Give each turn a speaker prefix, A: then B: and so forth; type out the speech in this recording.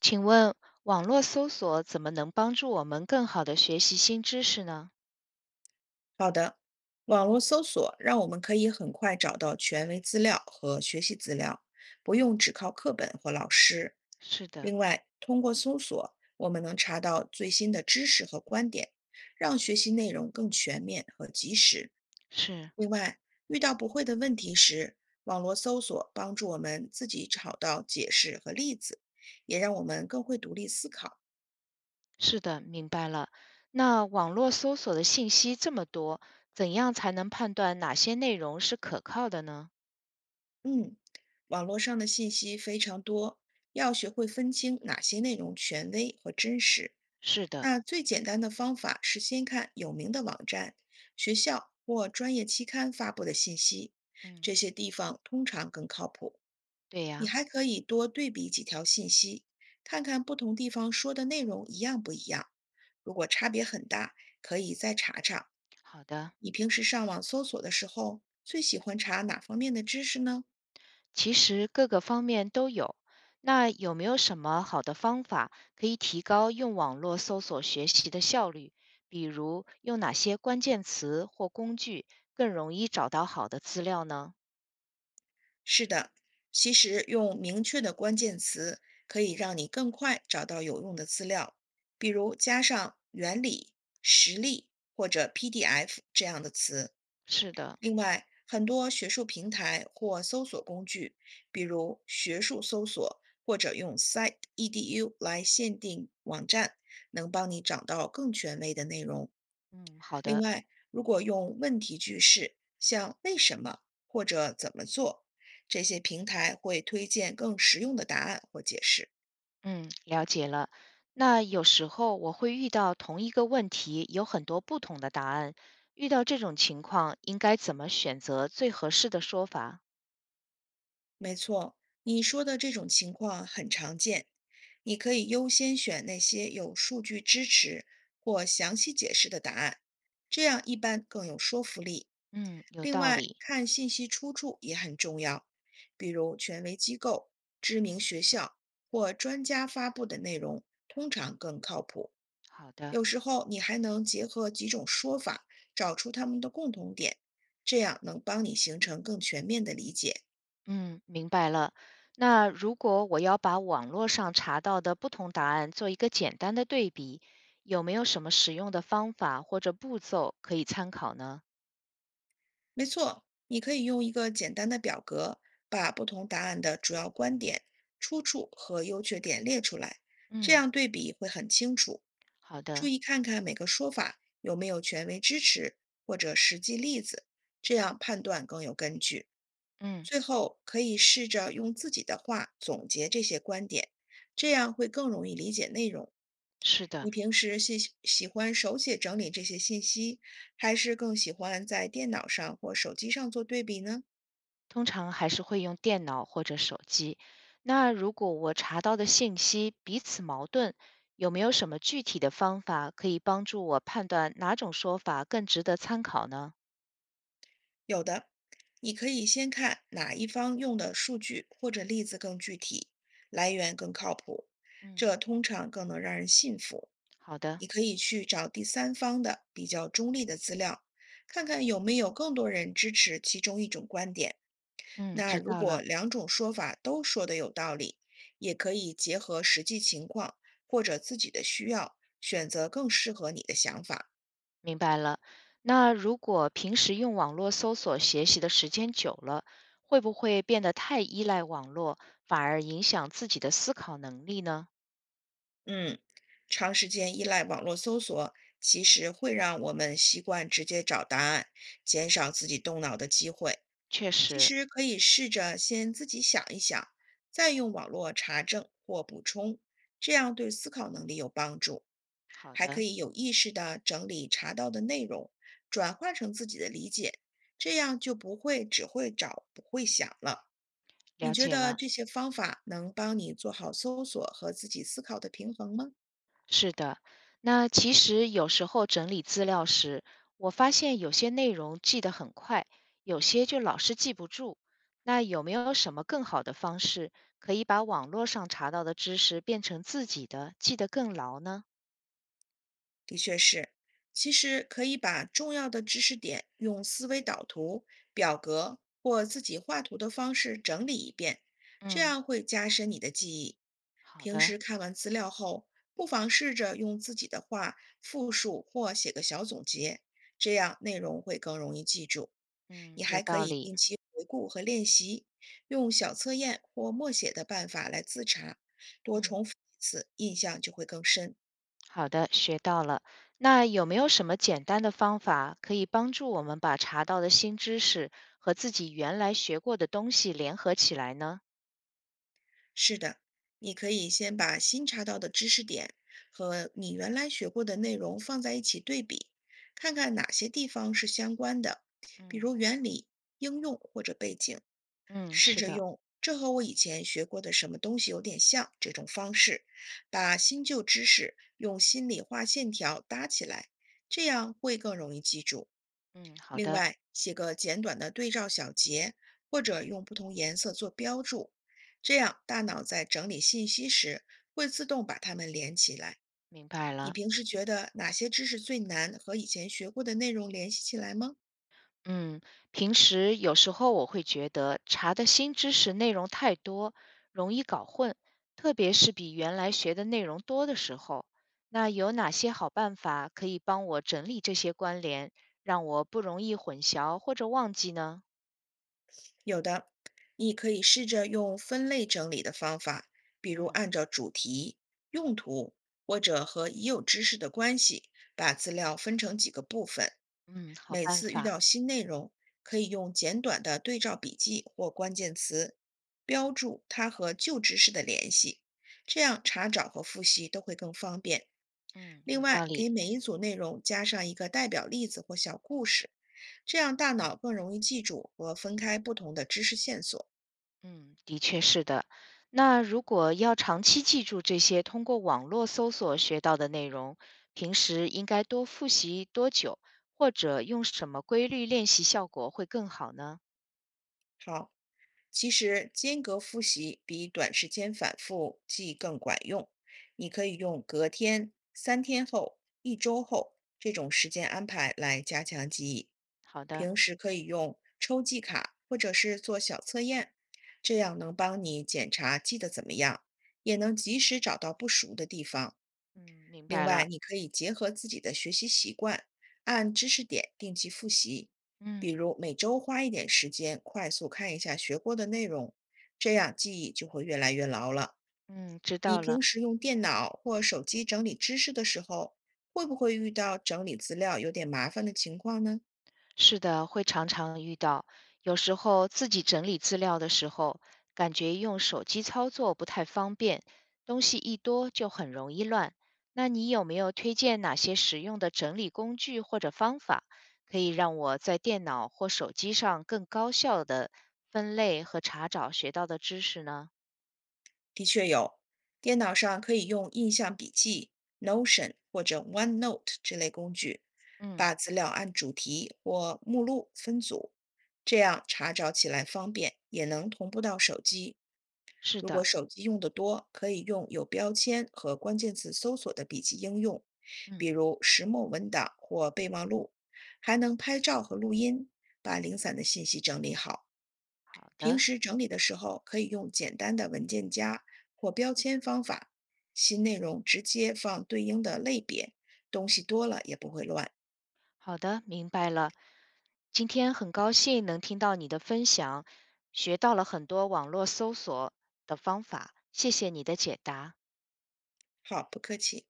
A: 请问网络搜索怎么能帮助我们更好的学习新知识呢？
B: 好的，网络搜索让我们可以很快找到权威资料和学习资料，不用只靠课本或老师。
A: 是的，
B: 另外，通过搜索，我们能查到最新的知识和观点，让学习内容更全面和及时。
A: 是
B: 另外，遇到不会的问题时，网络搜索帮助我们自己找到解释和例子，也让我们更会独立思考。
A: 是的，明白了。那网络搜索的信息这么多，怎样才能判断哪些内容是可靠的呢？
B: 嗯，网络上的信息非常多，要学会分清哪些内容权威和真实。
A: 是的，
B: 那最简单的方法是先看有名的网站、学校或专业期刊发布的信息，
A: 嗯，
B: 这些地方通常更靠谱。
A: 对
B: 你
A: 呀，
B: 还可以多对比几条信息，看看不同地方说的内容一样不一样。如果差别很大，可以再查查。
A: 好的。
B: 你平时上网搜索的时候，最喜欢查哪方面的知识呢？
A: 其实各个方面都有。那有没有什么好的方法可以提高用网络搜索学习的效率？比如用哪些关键词或工具更容易找到好的资料呢？
B: 是的，其实用明确的关键词可以让你更快找到有用的资料，比如加上原理、实例或者 PDF 这样的词。
A: 是的，
B: 另外，很多学术平台或搜索工具，比如学术搜索或者用 Site edu 来限定网站，能帮你找到更权威的内容。
A: 嗯，好
B: 另
A: 的，
B: 外，如果用问题句式，像“为什么”或者“怎么做”，这些平台会推荐更实用的答案或解释。
A: 嗯，了解了。那有时候我会遇到同一个问题有很多不同的答案，遇到这种情况应该怎么选择最合适的说法？
B: 没错，你说的这种情况很常见。你可以优先选那些有数据支持或详细解释的答案，这样一般更有说服力。
A: 嗯，有
B: 另
A: 道
B: 外，
A: 理。
B: 看信息出处也很重要，比如权威机构、知名学校或专家发布的内容，通常更靠谱。
A: 好的。
B: 有时候你还能结合几种说法，找出它们的共同点，这样能帮你形成更全面的理解。
A: 嗯，明白了。那如果我要把网络上查到的不同答案做一个简单的对比，有没有什么实用的方法或者步骤可以参考呢？
B: 没错，你可以用一个简单的表格，把不同答案的主要观点、出处和优缺点列出来，这
A: 嗯，
B: 样对比会很清楚。
A: 好
B: 注
A: 的，
B: 意看看每个说法有没有权威支持或者实际例子，这样判断更有根据。
A: 嗯，
B: 最后，可以试着用自己的话总结这些观点，这样会更容易理解内容。
A: 是的，
B: 你平时喜欢手写整理这些信息，还是更喜欢在电脑上或手机上做对比呢？
A: 通常还是会用电脑或者手机。那如果我查到的信息彼此矛盾，有没有什么具体的方法可以帮助我判断哪种说法更值得参考呢？
B: 有的，你可以先看哪一方用的数据或者例子更具体，来源更靠谱，
A: 嗯，
B: 这通常更能让人信服。
A: 好的，
B: 你可以去找第三方的比较中立的资料，看看有没有更多人支持其中一种观点。
A: 嗯，
B: 那
A: 知
B: 如
A: 道
B: 果
A: 了。
B: 两种说法都说的有道理，也可以结合实际情况或者自己的需要，选择更适合你的想法。
A: 明白了。那如果平时用网络搜索学习的时间久了，会不会变得太依赖网络，反而影响自己的思考能力呢？
B: 嗯，长时间依赖网络搜索，其实会让我们习惯直接找答案，减少自己动脑的机会。
A: 确
B: 其
A: 实，
B: 实可以试着先自己想一想，再用网络查证或补充，这样对思考能力有帮助。
A: 好
B: 还可
A: 的，
B: 以有意识地整理查到的内容，转化成自己的理解，这样就不会只会找不会想了。你
A: 了
B: 觉
A: 解
B: 得
A: 了。
B: 这些方法能帮你做好搜索和自己思考的平衡吗？
A: 是的，那其实有时候整理资料时，我发现有些内容记得很快，有些就老是记不住。那有没有什么更好的方式，可以把网络上查到的知识变成自己的，记得更牢呢？
B: 的确是，其实可以把重要的知识点用思维导图、表格或自己画图的方式整理一遍，这
A: 嗯，
B: 样会加深你的记忆。
A: 好
B: 平
A: 的。
B: 时看完资料后，不妨试着用自己的话复述或写个小总结，这样内容会更容易记住。
A: 嗯，
B: 你
A: 有
B: 还可
A: 道
B: 以
A: 理。
B: 定期回顾和练习，用小测验或默写的办法来自查，多
A: 嗯，
B: 重复一次，印象就会更深。
A: 好的，学到了。那有没有什么简单的方法可以帮助我们把查到的新知识和自己原来学过的东西联合起来呢？
B: 是的，你可以先把新查到的知识点和你原来学过的内容放在一起对比，看看哪些地方是相关的，比
A: 嗯
B: 如原理、应用或者背景。
A: 嗯，
B: 试
A: 是
B: 着
A: 的，
B: 用“这和我以前学过的什么东西有点像”这种方式，把新旧知识用心理画线条搭起来，这样会更容易记住。
A: 嗯，好
B: 另
A: 的，
B: 外，写个简短的对照小结，或者用不同颜色做标注，这样大脑在整理信息时会自动把它们连起来。
A: 明白
B: 你
A: 了。
B: 平时觉得哪些知识最难和以前学过的内容联系起来吗？
A: 嗯，平时有时候我会觉得查的新知识内容太多，容易搞混，特别是比原来学的内容多的时候。那有哪些好办法可以帮我整理这些关联，让我不容易混淆或者忘记呢？
B: 有的，你可以试着用分类整理的方法，比如
A: 嗯
B: 按照主题、用途或者和已有知识的关系，把资料分成几个部分。
A: 嗯，好
B: 每
A: 办
B: 次遇
A: 法，
B: 到新内容，可以用简短的对照笔记或关键词标注它和旧知识的联系，这样查找和复习都会更方便。
A: 嗯，
B: 另
A: 有道
B: 外，
A: 理。
B: 给每一组内容加上一个代表例子或小故事，这样大脑更容易记住和分开不同的知识线索。
A: 嗯，的确是的。那如果要长期记住这些通过网络搜索学到的内容，平时应该多复习多久，或者用什么规律练习效果会更好呢？
B: 好，其实间隔复习比短时间反复记更管用。你可以用隔天、三天后、一周后这种时间安排来加强记忆。
A: 好的，
B: 平时可以用抽记卡或者是做小测验，这样能帮你检查记得怎么样，也能及时找到不熟的地方。
A: 嗯，明
B: 另
A: 白
B: 外，
A: 了，
B: 你可以结合自己的学习习惯，按知识点定期复习，
A: 嗯
B: 比如每周花一点时间快速看一下学过的内容，这样记忆就会越来越牢了。
A: 嗯，知
B: 你
A: 道了。
B: 平时用电脑或手机整理知识的时候，会不会遇到整理资料有点麻烦的情况呢？
A: 是的，会常常遇到。有时候自己整理资料的时候，感觉用手机操作不太方便，东西一多就很容易乱。那你有没有推荐哪些实用的整理工具或者方法，可以让我在电脑或手机上更高效的分类和查找学到的知识呢？
B: 的确有，电脑上可以用印象笔记、Notion 或者 OneNote 这类工具，
A: 嗯，
B: 把资料按主题或目录分组，这样查找起来方便，也能同步到手机。
A: 是
B: 如果
A: 的，
B: 手机用得多，可以用有标签和关键词搜索的笔记应用，比
A: 嗯，
B: 如石墨文档或备忘录，还能拍照和录音，把零散的信息整理好。
A: 好
B: 平
A: 的。
B: 时整理的时候，可以用简单的文件夹或标签方法，新内容直接放对应的类别，东西多了也不会乱。
A: 好的，明白了。今天很高兴能听到你的分享，学到了很多网络搜索的方法，谢谢你的解答。
B: 好，不客气。